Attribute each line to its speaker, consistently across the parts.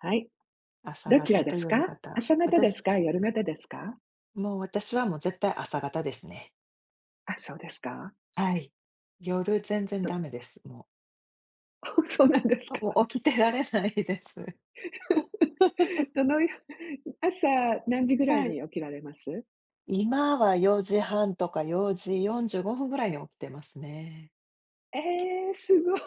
Speaker 1: はい。
Speaker 2: 朝
Speaker 1: どちら
Speaker 2: 方
Speaker 1: で
Speaker 2: と
Speaker 1: すか？
Speaker 2: 夜方
Speaker 1: 朝方です
Speaker 2: 私
Speaker 1: か？夜方ですか？
Speaker 2: もう私はもう絶対朝方ですね。
Speaker 1: あ、そうですか？
Speaker 2: はい。夜全然
Speaker 1: と
Speaker 2: ダメです、も
Speaker 1: そうなんです
Speaker 2: う。
Speaker 1: か？
Speaker 2: もう起きてられないです。
Speaker 1: どのよ朝何時ぐらい
Speaker 2: はい。
Speaker 1: に起きられます？
Speaker 2: 今は4時半とか4時45分ぐらいに起きてますね。
Speaker 1: えすごい。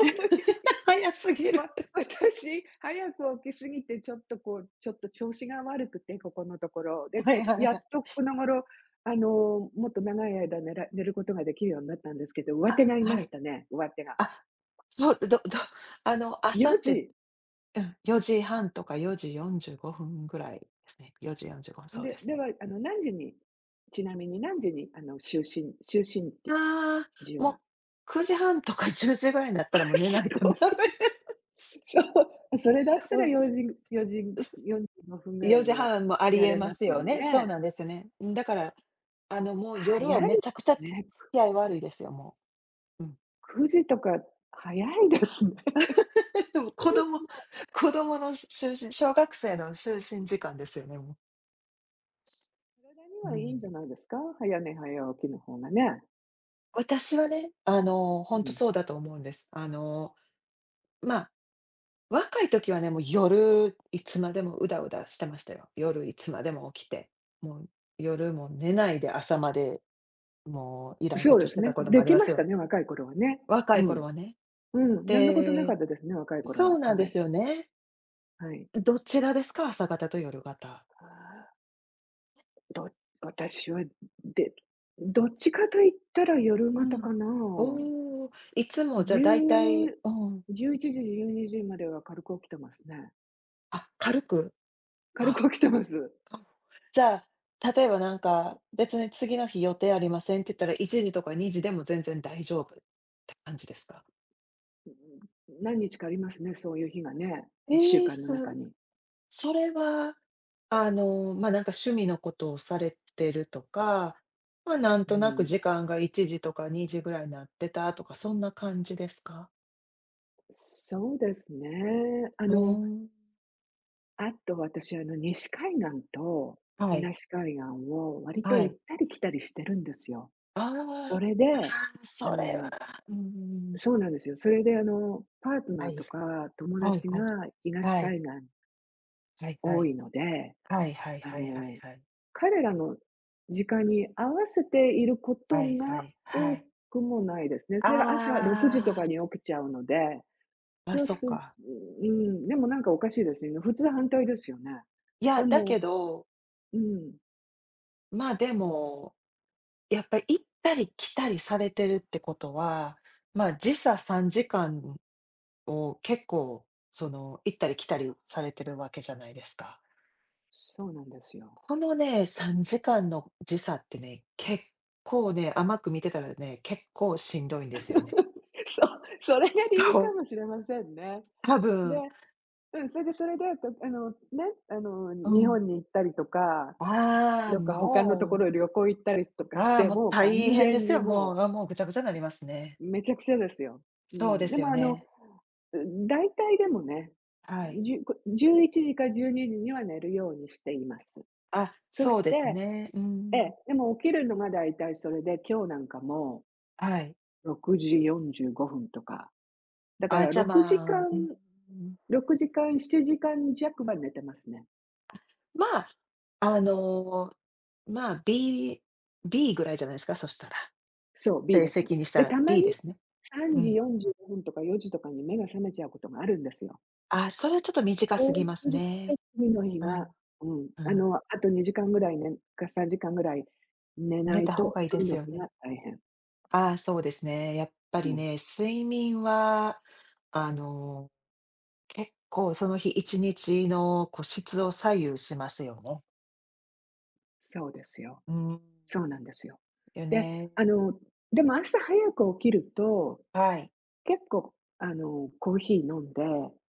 Speaker 2: 早す ぎる。
Speaker 1: 私、早く起きすぎて、ちょっとこう、ちょっと調子が悪くて、ここのところ。で、
Speaker 2: はい
Speaker 1: こ
Speaker 2: はい
Speaker 1: や
Speaker 2: は
Speaker 1: っ
Speaker 2: い。
Speaker 1: とこの頃、あの、もっと長い間、寝ることができるようになったんですけど、上
Speaker 2: あ、
Speaker 1: 手がいま
Speaker 2: は
Speaker 1: し
Speaker 2: い。
Speaker 1: たね、上手が。
Speaker 2: あ、そう、朝
Speaker 1: 4
Speaker 2: っ
Speaker 1: 時。
Speaker 2: て、うん、4時半とか4時45分ぐらいですね。4時45分、そうで
Speaker 1: で、
Speaker 2: す
Speaker 1: で
Speaker 2: ね。
Speaker 1: は、あの、何時にちなみに何時に、あの、就寝
Speaker 2: あ
Speaker 1: 時
Speaker 2: あ、もう
Speaker 1: は？
Speaker 2: 9時半とか10時ぐらいになったらもう 寝な
Speaker 1: す
Speaker 2: いとダメ
Speaker 1: ごい。そう、それだ
Speaker 2: そ
Speaker 1: ったら
Speaker 2: う
Speaker 1: 4時
Speaker 2: です。
Speaker 1: 45分
Speaker 2: う
Speaker 1: ぐらい
Speaker 2: 4
Speaker 1: には
Speaker 2: 時半もあ
Speaker 1: 起き
Speaker 2: り
Speaker 1: ら
Speaker 2: え
Speaker 1: れ
Speaker 2: ま
Speaker 1: ま
Speaker 2: す
Speaker 1: す
Speaker 2: よ
Speaker 1: よ
Speaker 2: ね。そう
Speaker 1: ね。
Speaker 2: なんですよね。うん、だから、もう
Speaker 1: 早
Speaker 2: 夜はめ
Speaker 1: い
Speaker 2: ちゃくちゃ付
Speaker 1: ね。
Speaker 2: き合い悪いですよ、もう。うん。
Speaker 1: 9時とか早いですね。
Speaker 2: でも子供の小学生の就寝時間ですよね、もう。
Speaker 1: 体に
Speaker 2: う
Speaker 1: はいいん
Speaker 2: ん。
Speaker 1: じゃないですか？早寝早起きの方がね。
Speaker 2: 私はね、ほ
Speaker 1: う
Speaker 2: んと
Speaker 1: ん。
Speaker 2: そうだと思うんです。ま若い時はね、もう夜いつまでもうだうだしてましたよ。夜いつまでも起きて、もう夜も寝ないで朝まで、もういらんこ
Speaker 1: そう
Speaker 2: と
Speaker 1: で
Speaker 2: し
Speaker 1: す
Speaker 2: てた
Speaker 1: ね。
Speaker 2: こともあ
Speaker 1: で
Speaker 2: り
Speaker 1: き
Speaker 2: ま
Speaker 1: ま
Speaker 2: す
Speaker 1: し
Speaker 2: よ。
Speaker 1: たね、若い頃はね。
Speaker 2: 若い
Speaker 1: う
Speaker 2: 頃
Speaker 1: ん。
Speaker 2: はね。
Speaker 1: うん、何のことなかっ
Speaker 2: で、
Speaker 1: たですね、若い頃
Speaker 2: そう
Speaker 1: は。
Speaker 2: なん
Speaker 1: は
Speaker 2: で
Speaker 1: い。
Speaker 2: すよね。
Speaker 1: はい。
Speaker 2: どちらですか？朝方と夜方。
Speaker 1: ど私は、でどっちかと言ったら夜
Speaker 2: う
Speaker 1: 型
Speaker 2: ん。
Speaker 1: かな。
Speaker 2: おお、いつもじゃあ大体うん。
Speaker 1: 1011時、12時までは軽く起きてますね。
Speaker 2: あ、軽く。
Speaker 1: 軽
Speaker 2: あ、
Speaker 1: く起きてます。う
Speaker 2: かじゃあ、例えばなんか別に次の日予定ありませんって言ったら1時とか2時でも全然大丈夫って感じですか？
Speaker 1: ん、何日かありますね、そういう日がね、1週
Speaker 2: ええ、
Speaker 1: 間の中に。
Speaker 2: それは、なんか趣味のことをされてるとか、なん
Speaker 1: う
Speaker 2: となく
Speaker 1: ん。
Speaker 2: 時間が1時とか2時ぐらいなってたとか、そんな感じですか？
Speaker 1: そうですね。あ
Speaker 2: ふー
Speaker 1: の、
Speaker 2: ん、
Speaker 1: あと私、あの、西海岸と
Speaker 2: はい、
Speaker 1: 東海岸を割と
Speaker 2: は
Speaker 1: 行
Speaker 2: い。
Speaker 1: ったり来たりしてるんですよ。
Speaker 2: ああ、
Speaker 1: それで、
Speaker 2: ああ、
Speaker 1: あ
Speaker 2: それは、
Speaker 1: の、
Speaker 2: うんうんうん。
Speaker 1: そうなんですよ。それであの、パート
Speaker 2: は
Speaker 1: ナー
Speaker 2: い、
Speaker 1: とか友
Speaker 2: はい
Speaker 1: 達
Speaker 2: はい、
Speaker 1: が東
Speaker 2: はい、
Speaker 1: 海岸
Speaker 2: はいは
Speaker 1: 多
Speaker 2: い。
Speaker 1: いので、
Speaker 2: はいはい
Speaker 1: あ
Speaker 2: はいはい
Speaker 1: の、
Speaker 2: はい。
Speaker 1: 彼らの時間に合わせていること
Speaker 2: はいは
Speaker 1: が
Speaker 2: いは
Speaker 1: 多
Speaker 2: い。
Speaker 1: くもないですね。朝6時とか
Speaker 2: あ
Speaker 1: に起きちゃうので、
Speaker 2: あ、あ、
Speaker 1: そう
Speaker 2: そっ
Speaker 1: す
Speaker 2: か。
Speaker 1: うん、でもなんかおかしいですね。普通反対ですよね。
Speaker 2: いや、
Speaker 1: で
Speaker 2: だけ
Speaker 1: も、
Speaker 2: ど、
Speaker 1: うん、
Speaker 2: でもやっぱり行ったり来たりされてるってことは、時差3時間を結構、行ったり来たりされてるわけじゃないですか。
Speaker 1: そうなんですよ。
Speaker 2: このね、3時間の時差ってね、結構ね、甘く見てたらね、結構しんどいんですよね。
Speaker 1: そう、それが
Speaker 2: そ
Speaker 1: 理由か
Speaker 2: う。
Speaker 1: もしれませんね。
Speaker 2: 多
Speaker 1: で、
Speaker 2: 分、
Speaker 1: うん、それで、あの、ね、あの、
Speaker 2: う
Speaker 1: 日
Speaker 2: ん。
Speaker 1: 本に行ったりとか、
Speaker 2: ああ、
Speaker 1: どっか他のと
Speaker 2: も
Speaker 1: こ
Speaker 2: う、
Speaker 1: ろ旅行行ったりとかし
Speaker 2: ああ、
Speaker 1: て
Speaker 2: もう
Speaker 1: も、
Speaker 2: 大
Speaker 1: 完
Speaker 2: 変で
Speaker 1: 全
Speaker 2: す
Speaker 1: に
Speaker 2: よ、も
Speaker 1: も
Speaker 2: う、あ、もうぐちゃぐちゃになりますね。
Speaker 1: う、めちゃくちゃですよ。う
Speaker 2: そうで
Speaker 1: ん、で
Speaker 2: す
Speaker 1: も
Speaker 2: よ
Speaker 1: あの、
Speaker 2: ね。
Speaker 1: 大体でもね、
Speaker 2: はい。
Speaker 1: じゅこ11時か12時にには寝るようにしています。
Speaker 2: あ、
Speaker 1: そ
Speaker 2: そう
Speaker 1: し
Speaker 2: です
Speaker 1: て
Speaker 2: ね。う
Speaker 1: ええ、
Speaker 2: ん。
Speaker 1: でも起きるのが大体それで、今日なんかも
Speaker 2: はい。
Speaker 1: 6時45分とか、だか
Speaker 2: あ、
Speaker 1: ら
Speaker 2: じゃ、
Speaker 1: 6時
Speaker 2: う
Speaker 1: 間
Speaker 2: ん、
Speaker 1: 6時間、7時間弱は寝てますね。
Speaker 2: まあ、あの、まあ、B B ぐらいじゃないですか、そしたら。
Speaker 1: そう、B
Speaker 2: 成
Speaker 1: です。
Speaker 2: 績にした
Speaker 1: で、
Speaker 2: ら
Speaker 1: たま
Speaker 2: B で
Speaker 1: に
Speaker 2: すね。う
Speaker 1: 3
Speaker 2: ん。
Speaker 1: 時45分とか4時とかに目が覚めちゃうことがあるんですよ。
Speaker 2: あ、それはちょっと短す
Speaker 1: そ
Speaker 2: ぎ
Speaker 1: う
Speaker 2: ま
Speaker 1: す
Speaker 2: す
Speaker 1: ると、
Speaker 2: ね。
Speaker 1: 次の日
Speaker 2: う
Speaker 1: が
Speaker 2: ん、
Speaker 1: うん、
Speaker 2: う
Speaker 1: あ
Speaker 2: ん。
Speaker 1: の、あと2時間ぐらいねか3時間ぐらい寝な
Speaker 2: 寝
Speaker 1: い
Speaker 2: た方
Speaker 1: と、
Speaker 2: がいいで
Speaker 1: 次
Speaker 2: す
Speaker 1: の
Speaker 2: よ
Speaker 1: 日
Speaker 2: ね。
Speaker 1: が大変。
Speaker 2: ああ、そうですね。やっぱ
Speaker 1: う
Speaker 2: り
Speaker 1: ん、
Speaker 2: ね、睡眠は、あの、結構その日一日の、質を左右しますよね。
Speaker 1: そうですよ。
Speaker 2: うん。
Speaker 1: そうなんですよ。
Speaker 2: よ
Speaker 1: で、
Speaker 2: ね。
Speaker 1: あの、でも朝早く起きると、
Speaker 2: はい。
Speaker 1: 結構、あの、コーヒー飲んで、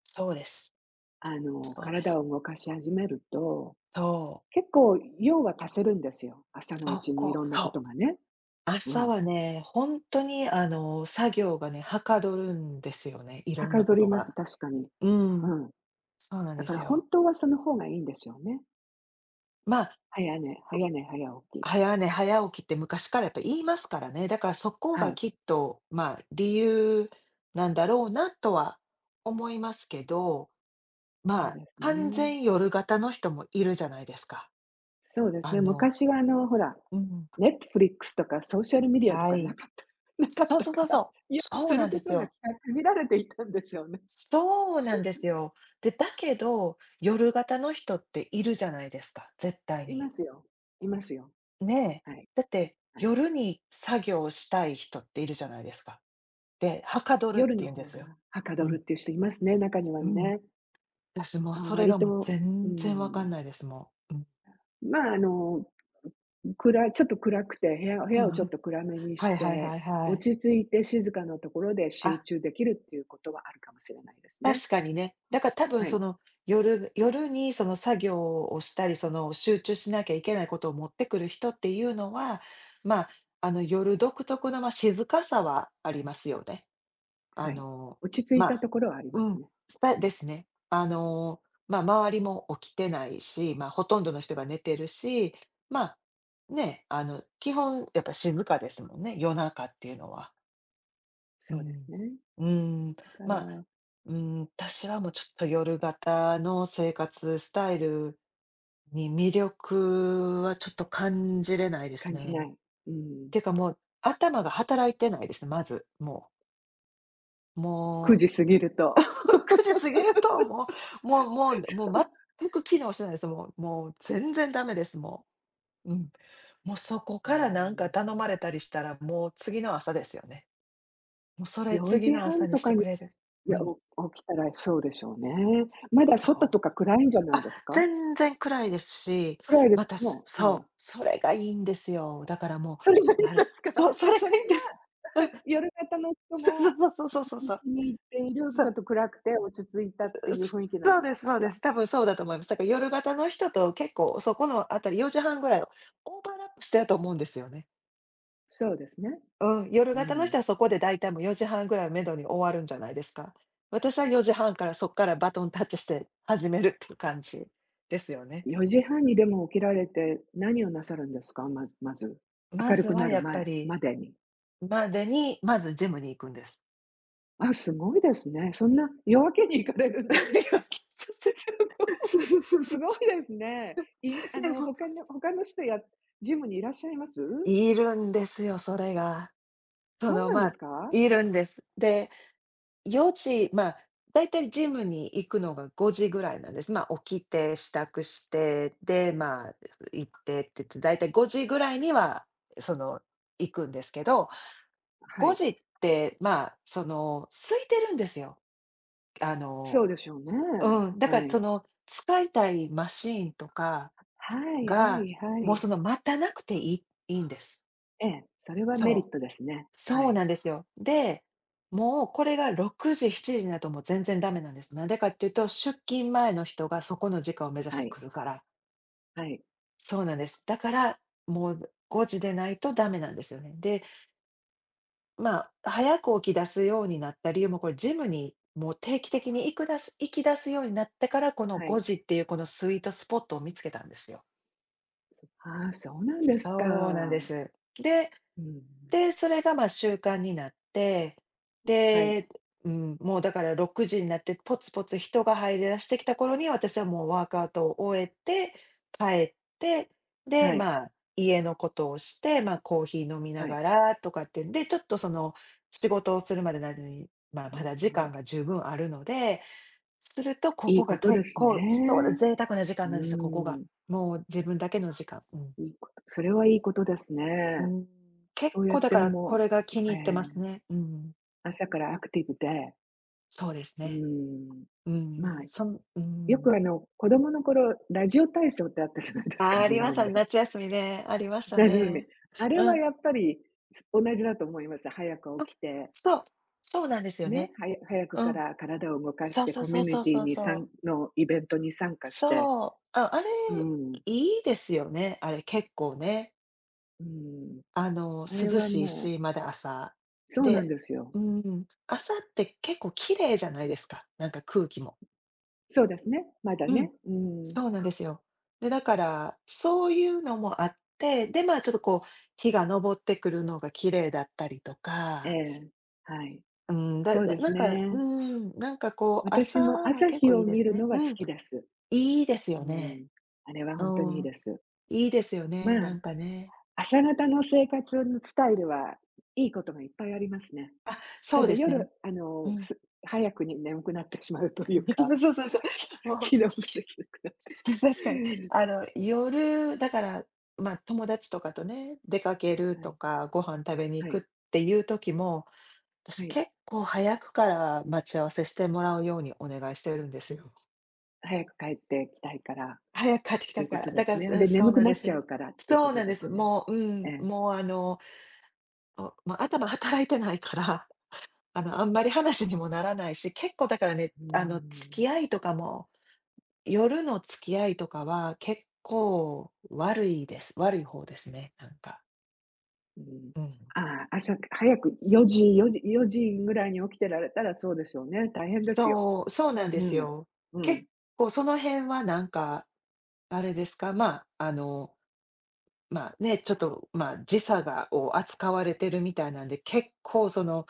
Speaker 2: そうです。
Speaker 1: あの、
Speaker 2: そうで
Speaker 1: 体
Speaker 2: す。
Speaker 1: を動かし始めると、
Speaker 2: そう。
Speaker 1: 結構用は足せるんですよ、朝のうちにいろんなこ
Speaker 2: そ
Speaker 1: と
Speaker 2: う。
Speaker 1: がね。う
Speaker 2: 朝
Speaker 1: ん。
Speaker 2: はね、本当に作業がね、はかどるんですよね、い
Speaker 1: は
Speaker 2: ろん
Speaker 1: か
Speaker 2: な
Speaker 1: ど
Speaker 2: こ
Speaker 1: り
Speaker 2: と
Speaker 1: ます、
Speaker 2: が。
Speaker 1: 確かに。
Speaker 2: うん、
Speaker 1: うん。
Speaker 2: そうなん
Speaker 1: だ
Speaker 2: で
Speaker 1: か
Speaker 2: す
Speaker 1: ら本
Speaker 2: よ。
Speaker 1: 当はその方がいいんですよね。
Speaker 2: まあ、
Speaker 1: 早寝早起き。
Speaker 2: 早寝早起きって昔からやっぱ言いますからね。だからそこ
Speaker 1: は
Speaker 2: が
Speaker 1: い、
Speaker 2: きっと、まあ、理由なんだろうなとは思いますけど、ま
Speaker 1: そう
Speaker 2: あ、
Speaker 1: です
Speaker 2: 完
Speaker 1: ね。
Speaker 2: 全夜型の人もいるじゃないですか。
Speaker 1: そうです
Speaker 2: あ
Speaker 1: ね、
Speaker 2: の
Speaker 1: 昔はあの、ほら、
Speaker 2: うん、
Speaker 1: Netflix とかソーシャルメディアと
Speaker 2: は
Speaker 1: かな
Speaker 2: い。
Speaker 1: かった なかっ
Speaker 2: そう
Speaker 1: た
Speaker 2: そうそう
Speaker 1: か
Speaker 2: そ
Speaker 1: ら、
Speaker 2: う。
Speaker 1: いや、
Speaker 2: そう
Speaker 1: す
Speaker 2: な
Speaker 1: る
Speaker 2: んで
Speaker 1: こ
Speaker 2: す
Speaker 1: とが
Speaker 2: よ。
Speaker 1: 限られていたんでしょうね。
Speaker 2: そうなんですよ。で、だけど、夜型の人っているじゃないですか、絶対
Speaker 1: い
Speaker 2: に。
Speaker 1: ますよ。いますよ。
Speaker 2: ねえ。
Speaker 1: はい、
Speaker 2: だって、
Speaker 1: はい。
Speaker 2: 夜に作業をしたい人っているじゃないですか。で、はかどるって
Speaker 1: 夜
Speaker 2: 言
Speaker 1: の
Speaker 2: うんで
Speaker 1: 方
Speaker 2: す
Speaker 1: が
Speaker 2: よ。
Speaker 1: はか
Speaker 2: う
Speaker 1: ど
Speaker 2: ん、
Speaker 1: るっていう人いますね、中には
Speaker 2: うん。
Speaker 1: ね。
Speaker 2: 私もう
Speaker 1: あ、
Speaker 2: それ
Speaker 1: 割
Speaker 2: がもう
Speaker 1: と、う
Speaker 2: 全然わか
Speaker 1: ん。
Speaker 2: んないです、もう。うん。
Speaker 1: まあ、あの、ちょっと暗くて、部屋をちょっと暗め に
Speaker 2: は
Speaker 1: し
Speaker 2: いはいは
Speaker 1: て、
Speaker 2: いは
Speaker 1: 落
Speaker 2: い。
Speaker 1: ち着いて静かなところで
Speaker 2: あ、
Speaker 1: 集中できるっていうことはあるかもしれないですね。
Speaker 2: 確かにね。だから多分
Speaker 1: はい、
Speaker 2: 夜にその作業をしたり、集中しなきゃいけないことを持ってくる人っていうのは、まあ、あの夜独特の、静かさはありますよね。
Speaker 1: は
Speaker 2: あ
Speaker 1: い。
Speaker 2: の、
Speaker 1: 落ち着い
Speaker 2: ま
Speaker 1: た
Speaker 2: あ
Speaker 1: ところはありま
Speaker 2: う
Speaker 1: す
Speaker 2: ん、
Speaker 1: ね。うん、
Speaker 2: ですね。周りも起きてないし、まあ、ほとんどの人が寝てるし、まあ、ね、基本やっぱ静かですもんね、夜中っていうのは。う
Speaker 1: そうです
Speaker 2: ん。
Speaker 1: ね。
Speaker 2: うーん、
Speaker 1: だか
Speaker 2: まあ、
Speaker 1: ら、
Speaker 2: 私はもうちょっと夜型の生活スタイルに魅力はちょっと感じれないです
Speaker 1: 感じな
Speaker 2: ね。
Speaker 1: い。うん、
Speaker 2: ていうかもう、頭が働いてないですね、まず、もう。
Speaker 1: 9
Speaker 2: も
Speaker 1: 時過ぎると。
Speaker 2: う、9時過ぎると、もうもうもうもう全く機能してないです。もうもう全然ダメです、もう。うん。もうそこ
Speaker 1: う
Speaker 2: からなんか
Speaker 1: ん、
Speaker 2: 頼まれたりしたら、もう次の朝ですよね。もうそれ、次
Speaker 1: 4
Speaker 2: の
Speaker 1: 時
Speaker 2: 朝
Speaker 1: 半
Speaker 2: に
Speaker 1: と
Speaker 2: して
Speaker 1: かに、
Speaker 2: くれる。
Speaker 1: い
Speaker 2: う
Speaker 1: や、
Speaker 2: ん、
Speaker 1: 起きたらそうでしょうね。まだ外
Speaker 2: そ
Speaker 1: とか暗いんじゃ
Speaker 2: う。
Speaker 1: ない
Speaker 2: あ、
Speaker 1: ですか？
Speaker 2: 全然暗いですし、
Speaker 1: 暗いで
Speaker 2: また、
Speaker 1: すね。う
Speaker 2: そ
Speaker 1: ん。
Speaker 2: う、それがいいんですよ。だからも
Speaker 1: それがい
Speaker 2: う、
Speaker 1: いですか？
Speaker 2: そう、そ
Speaker 1: で、
Speaker 2: れが
Speaker 1: それ
Speaker 2: いいんです。うん、
Speaker 1: が夜型の 人が
Speaker 2: そうそうそうそうそう
Speaker 1: うん、
Speaker 2: そう。
Speaker 1: 気に入っている、
Speaker 2: そ
Speaker 1: ちょっ
Speaker 2: う、
Speaker 1: と暗くて落ち着いたっていう雰囲気なんじゃないか
Speaker 2: そう
Speaker 1: し
Speaker 2: で
Speaker 1: ら？
Speaker 2: す。多分そうだと思います。だから夜型の人と結構そこのあたり4時半ぐらいをオーバーラップしてると思うんですよね。
Speaker 1: そうですね。
Speaker 2: うん、夜
Speaker 1: う
Speaker 2: 型の
Speaker 1: ん。
Speaker 2: 人はそこで大体もう4時半ぐらいをめどに終わるんじゃないですか。私は4時半からそっからバトンタッチして始めるっていう感じですよね。
Speaker 1: 4時半にでも起きられて、何をなさるんですか？まず。
Speaker 2: ま
Speaker 1: 明る
Speaker 2: ず
Speaker 1: く
Speaker 2: は
Speaker 1: なる
Speaker 2: やっぱ
Speaker 1: 前
Speaker 2: り
Speaker 1: までに。
Speaker 2: までに、まずジムに行くんです。
Speaker 1: あ、すごいですね。そんな夜明けに行か
Speaker 2: そう
Speaker 1: れるんですか？
Speaker 2: そう。
Speaker 1: すご
Speaker 2: そう
Speaker 1: い。
Speaker 2: そうそうそうそ
Speaker 1: す
Speaker 2: う
Speaker 1: ご
Speaker 2: そ
Speaker 1: いですね。今
Speaker 2: う。
Speaker 1: あ
Speaker 2: で
Speaker 1: の、
Speaker 2: も、
Speaker 1: 他の人やジムにいらっしゃいます？
Speaker 2: いるんですよ、それが。そ
Speaker 1: そう
Speaker 2: の、
Speaker 1: なん
Speaker 2: ま
Speaker 1: です
Speaker 2: あ、
Speaker 1: か？
Speaker 2: いるんです。で、4時、だいたいジムに行くのが5時ぐらいなんです。まあ、起きて、支度して、で、行ってって言って、だいたい5時ぐらいには、その、行くんですけど、
Speaker 1: は
Speaker 2: 5
Speaker 1: い。
Speaker 2: 時って、空いてるんですよ。あ
Speaker 1: そ
Speaker 2: の
Speaker 1: うでしょうね。
Speaker 2: うん、だか
Speaker 1: は
Speaker 2: ら
Speaker 1: い。
Speaker 2: 使いたいマシーンとか
Speaker 1: はいは
Speaker 2: が、
Speaker 1: いは
Speaker 2: もう
Speaker 1: い。
Speaker 2: 待たなくていいんです。
Speaker 1: ええ、それはメリ
Speaker 2: そう。
Speaker 1: ットですね。は
Speaker 2: そう
Speaker 1: い、
Speaker 2: なんですよ。で、もうこれが6時、7時になるともう全然ダメなんです。なんでかっていうと、出勤前の人がそこの時間を目指し
Speaker 1: は
Speaker 2: て
Speaker 1: い、
Speaker 2: 来るから。
Speaker 1: はい、
Speaker 2: そうなんです。だから、もう5時でないとダメなんですよね。で、ま早く起き出すようになった理由もこれジムにもう定期的に行き出すようになってから、この
Speaker 1: は
Speaker 2: 5
Speaker 1: い。
Speaker 2: 時っていうこのスイートスポットを見つけたんですよ。
Speaker 1: ああ、そうなんです
Speaker 2: そうなんで
Speaker 1: か。
Speaker 2: す。で
Speaker 1: うん。
Speaker 2: で、それが、習慣になって、
Speaker 1: はい、
Speaker 2: で、うん、もうだから6時になってポツポツ人が入り出してきた頃に、私はもうワークアウトを終えて、帰って、で、
Speaker 1: はい、
Speaker 2: まあ、家のことをして、コーヒー飲みな
Speaker 1: は
Speaker 2: が
Speaker 1: い。
Speaker 2: らとかって、で、ちょっと仕事をするまでなのに、まあ、ま
Speaker 1: で
Speaker 2: だ時
Speaker 1: も、
Speaker 2: 間が十分あるので、するとこ
Speaker 1: い
Speaker 2: こ
Speaker 1: いこ
Speaker 2: が
Speaker 1: とで
Speaker 2: 結
Speaker 1: すね。
Speaker 2: 構、そうだ、贅沢な時
Speaker 1: う
Speaker 2: 間なんですよ、ここ
Speaker 1: ー
Speaker 2: が。
Speaker 1: ん、
Speaker 2: もう自分だけの時間。うん。
Speaker 1: いいこと、それはいいことです
Speaker 2: う
Speaker 1: ね。
Speaker 2: ん、結
Speaker 1: そうやっ
Speaker 2: 構だ
Speaker 1: て
Speaker 2: からこ
Speaker 1: も
Speaker 2: れが気に
Speaker 1: う、え
Speaker 2: 入ってます
Speaker 1: え、
Speaker 2: ね。うん。
Speaker 1: 朝からアクティブで、
Speaker 2: そうです
Speaker 1: う
Speaker 2: ね。
Speaker 1: ん、
Speaker 2: うん、
Speaker 1: まあ、
Speaker 2: う
Speaker 1: よ
Speaker 2: ん。
Speaker 1: くあの、子供の頃、ラジオ体操ってあったじゃないです
Speaker 2: あ、
Speaker 1: か、
Speaker 2: あり
Speaker 1: 日
Speaker 2: まし
Speaker 1: 本
Speaker 2: たね、
Speaker 1: で。
Speaker 2: 夏休みね、ありました
Speaker 1: ラジオみ
Speaker 2: ね。
Speaker 1: あれ
Speaker 2: う
Speaker 1: は
Speaker 2: ん。
Speaker 1: やっぱり、同じだと思います。早く
Speaker 2: あ、
Speaker 1: 起きて
Speaker 2: そう、そうなんですよ
Speaker 1: ね、
Speaker 2: ね。
Speaker 1: 早く
Speaker 2: う
Speaker 1: か
Speaker 2: ん。
Speaker 1: ら体を動かし
Speaker 2: そう
Speaker 1: て
Speaker 2: そう
Speaker 1: コ
Speaker 2: そ
Speaker 1: ミ
Speaker 2: う
Speaker 1: ュニ
Speaker 2: そう
Speaker 1: ティ
Speaker 2: そう
Speaker 1: に
Speaker 2: そう。
Speaker 1: イベントに参加して、
Speaker 2: そう、あ、あれ、
Speaker 1: うん、
Speaker 2: いいですよね、あれ結構ね。
Speaker 1: うん。あれ
Speaker 2: 涼
Speaker 1: は
Speaker 2: しい
Speaker 1: もう
Speaker 2: し、まだ朝。
Speaker 1: そうなん
Speaker 2: で、
Speaker 1: ですよ。
Speaker 2: うん、朝って結構綺麗じゃないですか、なんか空気も。
Speaker 1: そうですね、まだ
Speaker 2: うん、
Speaker 1: ね。うん。
Speaker 2: そうなんですよ。で、だから、そういうのもあって、で、まあ、ちょっとこう、日が昇ってくるのが綺麗だったりと
Speaker 1: え
Speaker 2: か、
Speaker 1: え、はい。
Speaker 2: うん、だ
Speaker 1: そう
Speaker 2: だ
Speaker 1: で
Speaker 2: な
Speaker 1: す
Speaker 2: んか、う
Speaker 1: ね。
Speaker 2: ん、なんかこう、朝
Speaker 1: 私も
Speaker 2: は
Speaker 1: 朝
Speaker 2: 結
Speaker 1: 日
Speaker 2: 構い
Speaker 1: を
Speaker 2: いで
Speaker 1: 見
Speaker 2: す
Speaker 1: る
Speaker 2: ね。
Speaker 1: のは好
Speaker 2: うん、
Speaker 1: きです。
Speaker 2: いいです
Speaker 1: う
Speaker 2: よね。
Speaker 1: ん。あれは
Speaker 2: う
Speaker 1: 本当にいい
Speaker 2: ん、
Speaker 1: です。
Speaker 2: いいですよ
Speaker 1: ま
Speaker 2: ね、な
Speaker 1: あ、
Speaker 2: んかね。
Speaker 1: 朝方の生活のスタイルはいいことがいっぱいありますね。
Speaker 2: あ、そ
Speaker 1: た
Speaker 2: う
Speaker 1: だ
Speaker 2: ですね。
Speaker 1: 夜、あ
Speaker 2: う
Speaker 1: の、
Speaker 2: ん。
Speaker 1: 早くに眠くなってしまうというか、
Speaker 2: そうそうそ う。もう
Speaker 1: 機能ができなくなって。
Speaker 2: 確かに。あの、夜、だから、まあ、友達とかとね、出かける
Speaker 1: は
Speaker 2: と
Speaker 1: い、
Speaker 2: か、ご飯食べに行
Speaker 1: は
Speaker 2: くっ
Speaker 1: い、
Speaker 2: ていう時も
Speaker 1: は
Speaker 2: 私、
Speaker 1: い。
Speaker 2: 結構早くから待ち合わせしてもらうようにお願いしてるんですよ。
Speaker 1: 早く帰ってきたいからっ
Speaker 2: 早く帰ってき
Speaker 1: てい
Speaker 2: た
Speaker 1: うこ
Speaker 2: から。
Speaker 1: とで
Speaker 2: だか
Speaker 1: す
Speaker 2: ら、
Speaker 1: ね。
Speaker 2: う
Speaker 1: で、
Speaker 2: ん、そ
Speaker 1: 眠
Speaker 2: う
Speaker 1: く
Speaker 2: なん
Speaker 1: な
Speaker 2: で
Speaker 1: っ
Speaker 2: す
Speaker 1: ちゃ
Speaker 2: よ。
Speaker 1: うからっていうこ
Speaker 2: そう
Speaker 1: と
Speaker 2: なん
Speaker 1: で
Speaker 2: です。
Speaker 1: すね。
Speaker 2: もう、う
Speaker 1: え
Speaker 2: ん、
Speaker 1: え。
Speaker 2: もう、あの、まあ、頭働いてないから、あの、あんまり話にもならないし、結構だからね、
Speaker 1: うー
Speaker 2: あの、付
Speaker 1: ん、
Speaker 2: き合いとかも、夜の付き合いとかは結構悪いです。悪い方ですね、なんか。
Speaker 1: うん。
Speaker 2: うん。
Speaker 1: ああ、朝早く4時ぐらいに起きてられたらそうですよね。大変ですよ。
Speaker 2: そう、そうなんで
Speaker 1: う
Speaker 2: す
Speaker 1: ん、
Speaker 2: よ。
Speaker 1: う
Speaker 2: 結
Speaker 1: ん。
Speaker 2: 構その辺はなんか、あれですか、まあ、まあ、ね、ちょっと、まあ、時差を扱われてるみたいなんで、結構その、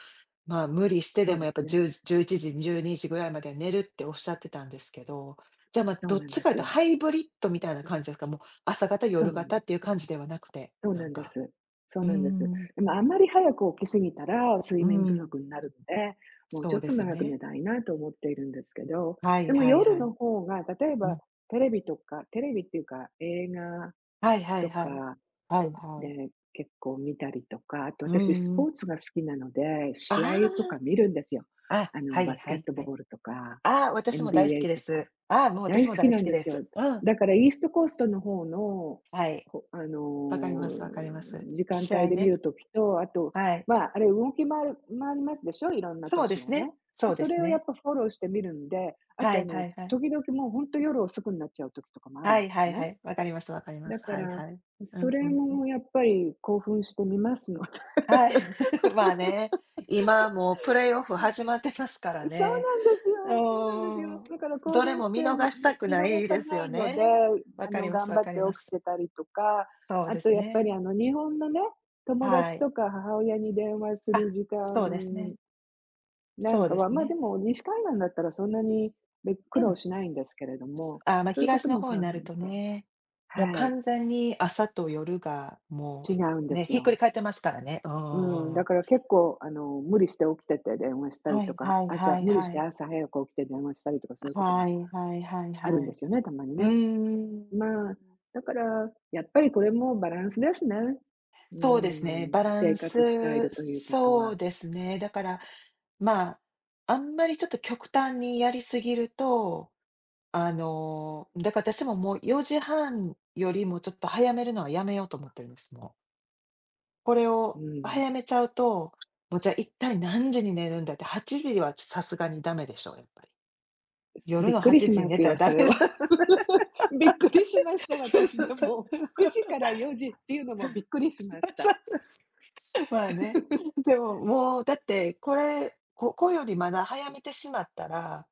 Speaker 2: まあ、無理して
Speaker 1: そ
Speaker 2: で
Speaker 1: う
Speaker 2: も
Speaker 1: で
Speaker 2: やっぱ
Speaker 1: す
Speaker 2: 1
Speaker 1: ね。
Speaker 2: 0 1時、12時ぐらいまでは寝るっておっしゃってたんですけど、じゃあ、まあ、
Speaker 1: そう
Speaker 2: どっ
Speaker 1: なん
Speaker 2: ち
Speaker 1: で
Speaker 2: かという
Speaker 1: す
Speaker 2: と
Speaker 1: よ。
Speaker 2: ハイブリッドみたいな感じですか？もう朝型、
Speaker 1: そ
Speaker 2: 夜
Speaker 1: うなん
Speaker 2: 型
Speaker 1: で
Speaker 2: っ
Speaker 1: す。
Speaker 2: ていう感じではなくて、
Speaker 1: そう
Speaker 2: な
Speaker 1: な
Speaker 2: ん
Speaker 1: んで
Speaker 2: か。
Speaker 1: す。そう
Speaker 2: うー
Speaker 1: なんです。
Speaker 2: ん、
Speaker 1: でもあんまり早く起きすぎたら睡
Speaker 2: う
Speaker 1: 眠不
Speaker 2: ん、
Speaker 1: 足になるので、もう
Speaker 2: そ
Speaker 1: ちょ
Speaker 2: う
Speaker 1: っ
Speaker 2: で
Speaker 1: と
Speaker 2: すよ
Speaker 1: 長く
Speaker 2: ね。
Speaker 1: 寝たいなと思っているんですけど、
Speaker 2: はい
Speaker 1: でも
Speaker 2: はい
Speaker 1: 夜
Speaker 2: はい。
Speaker 1: の方が、例え
Speaker 2: う
Speaker 1: ば
Speaker 2: ん、
Speaker 1: テレビとかテレビっていうか映画
Speaker 2: はいはい
Speaker 1: と
Speaker 2: はい。
Speaker 1: か
Speaker 2: はいはい。
Speaker 1: で結構見たりとか、あと
Speaker 2: う
Speaker 1: 私ス
Speaker 2: んう
Speaker 1: ポ
Speaker 2: ん。
Speaker 1: ーツが好きなので、
Speaker 2: あ
Speaker 1: 試合とか見るんですよ。
Speaker 2: あ、あ、
Speaker 1: あの、
Speaker 2: はい
Speaker 1: バス
Speaker 2: は
Speaker 1: ケッ
Speaker 2: い
Speaker 1: ト
Speaker 2: は
Speaker 1: ボ
Speaker 2: い。
Speaker 1: ールとか、
Speaker 2: ああ、私も大好き
Speaker 1: NBA
Speaker 2: で
Speaker 1: とか。
Speaker 2: す。ああ、もう私
Speaker 1: 大好
Speaker 2: も
Speaker 1: き
Speaker 2: 大好
Speaker 1: なん
Speaker 2: き
Speaker 1: で
Speaker 2: で
Speaker 1: す
Speaker 2: す。
Speaker 1: よ。
Speaker 2: うん。
Speaker 1: だからイーストコーストの方の、
Speaker 2: はい。
Speaker 1: ほあ
Speaker 2: わかりま
Speaker 1: の、
Speaker 2: す、わかります。
Speaker 1: 時間
Speaker 2: 試
Speaker 1: 帯
Speaker 2: 合
Speaker 1: で見
Speaker 2: ね。
Speaker 1: るときと、あと、
Speaker 2: はい。
Speaker 1: まあ、あれ動き回る回りますでしょ、いろんな都
Speaker 2: そうで
Speaker 1: 市
Speaker 2: す
Speaker 1: をね。
Speaker 2: ね。
Speaker 1: で、
Speaker 2: そうで
Speaker 1: そ
Speaker 2: す
Speaker 1: れをやっ
Speaker 2: ね。
Speaker 1: ぱフォローして見るんで、あ
Speaker 2: は
Speaker 1: とあ
Speaker 2: いは
Speaker 1: の、
Speaker 2: いはい。
Speaker 1: 時々もう本当夜遅くになっちゃう時とかもある
Speaker 2: は
Speaker 1: ん
Speaker 2: い
Speaker 1: で
Speaker 2: は
Speaker 1: す
Speaker 2: い
Speaker 1: ね。
Speaker 2: はい。わかります。わかりま
Speaker 1: だ
Speaker 2: す。
Speaker 1: か
Speaker 2: はい
Speaker 1: ら、
Speaker 2: はい。う
Speaker 1: そ
Speaker 2: んう
Speaker 1: れ
Speaker 2: んうん。
Speaker 1: もやっぱり興奮して見ますので。
Speaker 2: はい。まあね、今もうプレイオフ始まってますから
Speaker 1: そう
Speaker 2: ね。
Speaker 1: なんですよ。
Speaker 2: う
Speaker 1: そうなんです
Speaker 2: ー
Speaker 1: よ。だ
Speaker 2: ん。
Speaker 1: から興
Speaker 2: どれ
Speaker 1: 奮
Speaker 2: も
Speaker 1: して、
Speaker 2: 見逃したく
Speaker 1: 見
Speaker 2: な
Speaker 1: 逃
Speaker 2: い
Speaker 1: さ
Speaker 2: です
Speaker 1: な
Speaker 2: よ
Speaker 1: いので、
Speaker 2: ね。わ
Speaker 1: あ
Speaker 2: か
Speaker 1: の、
Speaker 2: ります、
Speaker 1: 頑
Speaker 2: わ
Speaker 1: 張
Speaker 2: か
Speaker 1: って
Speaker 2: りま
Speaker 1: 起き
Speaker 2: す。
Speaker 1: てたりとか、
Speaker 2: そう
Speaker 1: あ
Speaker 2: で
Speaker 1: と
Speaker 2: す
Speaker 1: やっぱり、
Speaker 2: ね。
Speaker 1: あの、日本のね、友
Speaker 2: は
Speaker 1: 達
Speaker 2: い。
Speaker 1: とか母親に電話す
Speaker 2: あ、
Speaker 1: る時
Speaker 2: そうですね。
Speaker 1: 間な
Speaker 2: そ
Speaker 1: ん
Speaker 2: う
Speaker 1: か
Speaker 2: で
Speaker 1: は、
Speaker 2: す
Speaker 1: ま、あで
Speaker 2: ね。
Speaker 1: も西海岸だったらそんなに、苦
Speaker 2: う
Speaker 1: 労
Speaker 2: ん。
Speaker 1: しないんですけれども、
Speaker 2: ああ、まあ、
Speaker 1: そういうこ
Speaker 2: 東
Speaker 1: と
Speaker 2: の
Speaker 1: も考
Speaker 2: 方になると
Speaker 1: えて、
Speaker 2: ね、もう
Speaker 1: はい、
Speaker 2: 完全に朝と夜がも
Speaker 1: 違うん
Speaker 2: う、
Speaker 1: で
Speaker 2: ね、
Speaker 1: す
Speaker 2: ひっくり
Speaker 1: よ。
Speaker 2: 返ってますからね。うん
Speaker 1: う
Speaker 2: う
Speaker 1: ん、
Speaker 2: んう
Speaker 1: だ
Speaker 2: ん。
Speaker 1: から結構、あの、無理して起きてて電話したり
Speaker 2: は
Speaker 1: と
Speaker 2: い
Speaker 1: か、
Speaker 2: はいは
Speaker 1: 朝
Speaker 2: い
Speaker 1: 無理し
Speaker 2: は
Speaker 1: て
Speaker 2: い。
Speaker 1: 朝早く起きて電話したりとかそういうこと
Speaker 2: は
Speaker 1: が
Speaker 2: いはいはい
Speaker 1: あるん
Speaker 2: は
Speaker 1: で
Speaker 2: い。
Speaker 1: すよね、たまに
Speaker 2: うー
Speaker 1: ね。まあ、
Speaker 2: ん。
Speaker 1: だから、やっぱりこれもバランスですね。う
Speaker 2: そうですね、
Speaker 1: ん、
Speaker 2: バラ
Speaker 1: 生
Speaker 2: ン
Speaker 1: 活スタイ
Speaker 2: ス、
Speaker 1: ルということ
Speaker 2: そ
Speaker 1: は。
Speaker 2: うですね。だから、まあ、あんまりちょっと極端にやりすぎると、あの、だから私ももう4時半よりもちょっと早めるのはやめようと思ってるんです、もう。これ
Speaker 1: う
Speaker 2: を
Speaker 1: ん。
Speaker 2: 早めちゃうと、もうじゃあ一体何時に寝るんだって、8時はさすがにダメでしょ、やっぱり。夜
Speaker 1: びっ
Speaker 2: の
Speaker 1: くり
Speaker 2: 8
Speaker 1: し
Speaker 2: 時に
Speaker 1: ま
Speaker 2: 寝
Speaker 1: す
Speaker 2: たら
Speaker 1: よ、
Speaker 2: ダ
Speaker 1: そ
Speaker 2: メ
Speaker 1: れ
Speaker 2: で
Speaker 1: は。
Speaker 2: す。
Speaker 1: びっくりしました、
Speaker 2: そう
Speaker 1: 私
Speaker 2: そう
Speaker 1: で
Speaker 2: そう。
Speaker 1: も。9時から4時っていうのもびっくりしまし た。
Speaker 2: そうまあね。で
Speaker 1: う
Speaker 2: も、
Speaker 1: ん、
Speaker 2: もうだってこれ、ここよりまだ早めてしまったら、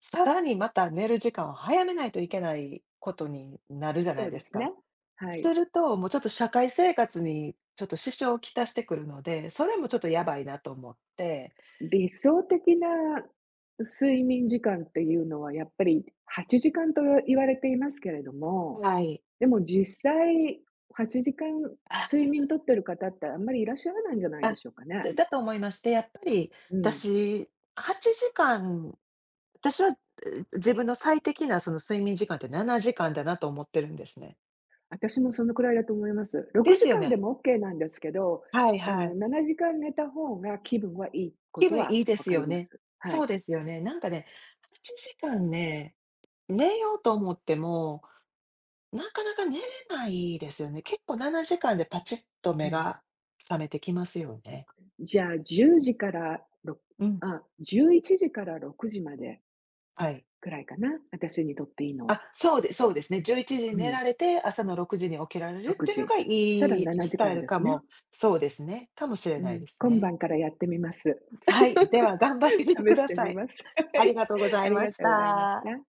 Speaker 2: さらにまた寝る時間を早めないといけないことになるじゃな
Speaker 1: そ
Speaker 2: い
Speaker 1: う
Speaker 2: で
Speaker 1: で
Speaker 2: す
Speaker 1: す
Speaker 2: か。
Speaker 1: ね。はい。
Speaker 2: すると、もうちょっと社会生活にちょっと支障をきたしてくるので、それもちょっとやばいなと思って。
Speaker 1: 理想的な睡眠時間っていうのはやっぱり8時間と言われていますけれども、
Speaker 2: はい。
Speaker 1: でも実際、8時間睡眠とってる方ってあんまりいらっしゃらないんじゃないで
Speaker 2: あ、
Speaker 1: しょうかね。
Speaker 2: だと思いまして、やっぱり
Speaker 1: うん。
Speaker 2: 私、8時間、私は、自分の最適なその睡眠時間って7時間だなと思ってるんですね。
Speaker 1: 私もそのくらいだと思います。
Speaker 2: で
Speaker 1: 6
Speaker 2: すよ
Speaker 1: 時間で
Speaker 2: ね。
Speaker 1: も OK なんですけど、
Speaker 2: はい
Speaker 1: あ
Speaker 2: は
Speaker 1: の、
Speaker 2: い。
Speaker 1: 7時間寝た方が気分はいいこ
Speaker 2: 気
Speaker 1: と
Speaker 2: 分
Speaker 1: は
Speaker 2: いいで
Speaker 1: 分
Speaker 2: す
Speaker 1: かり
Speaker 2: よ
Speaker 1: ま
Speaker 2: ね。
Speaker 1: す。は
Speaker 2: そう
Speaker 1: い。
Speaker 2: ですよね。なんかね、8時間ね、寝ようと思っても、なかなか寝れないですよね。結構7時間でパチッと
Speaker 1: う
Speaker 2: 目
Speaker 1: ん。
Speaker 2: が覚めてきますよね。
Speaker 1: じゃあ10時から
Speaker 2: うん、
Speaker 1: あ、11時から6時まで
Speaker 2: はい。
Speaker 1: くらいかな、私にとっていいの
Speaker 2: あ、
Speaker 1: は。
Speaker 2: そうでそうですね。11時に
Speaker 1: う
Speaker 2: 寝
Speaker 1: ん、
Speaker 2: られて、朝の6時に起きられるっ
Speaker 1: 6
Speaker 2: ていうの
Speaker 1: 時。
Speaker 2: が
Speaker 1: したら
Speaker 2: いい
Speaker 1: 7
Speaker 2: スタ
Speaker 1: 時
Speaker 2: イ
Speaker 1: 間
Speaker 2: ル
Speaker 1: で
Speaker 2: か
Speaker 1: すね。
Speaker 2: もそうですね、かもしれ
Speaker 1: う
Speaker 2: ない
Speaker 1: ん、
Speaker 2: です
Speaker 1: 今
Speaker 2: ね。
Speaker 1: 晩からやってみます。
Speaker 2: はい、では 頑張ってみてく
Speaker 1: 試し
Speaker 2: だ
Speaker 1: て
Speaker 2: さ
Speaker 1: み
Speaker 2: い。
Speaker 1: ます。は
Speaker 2: あり
Speaker 1: い。
Speaker 2: がとうござ
Speaker 1: あ
Speaker 2: い
Speaker 1: り
Speaker 2: ま
Speaker 1: が
Speaker 2: し
Speaker 1: とうございまし
Speaker 2: た。
Speaker 1: た。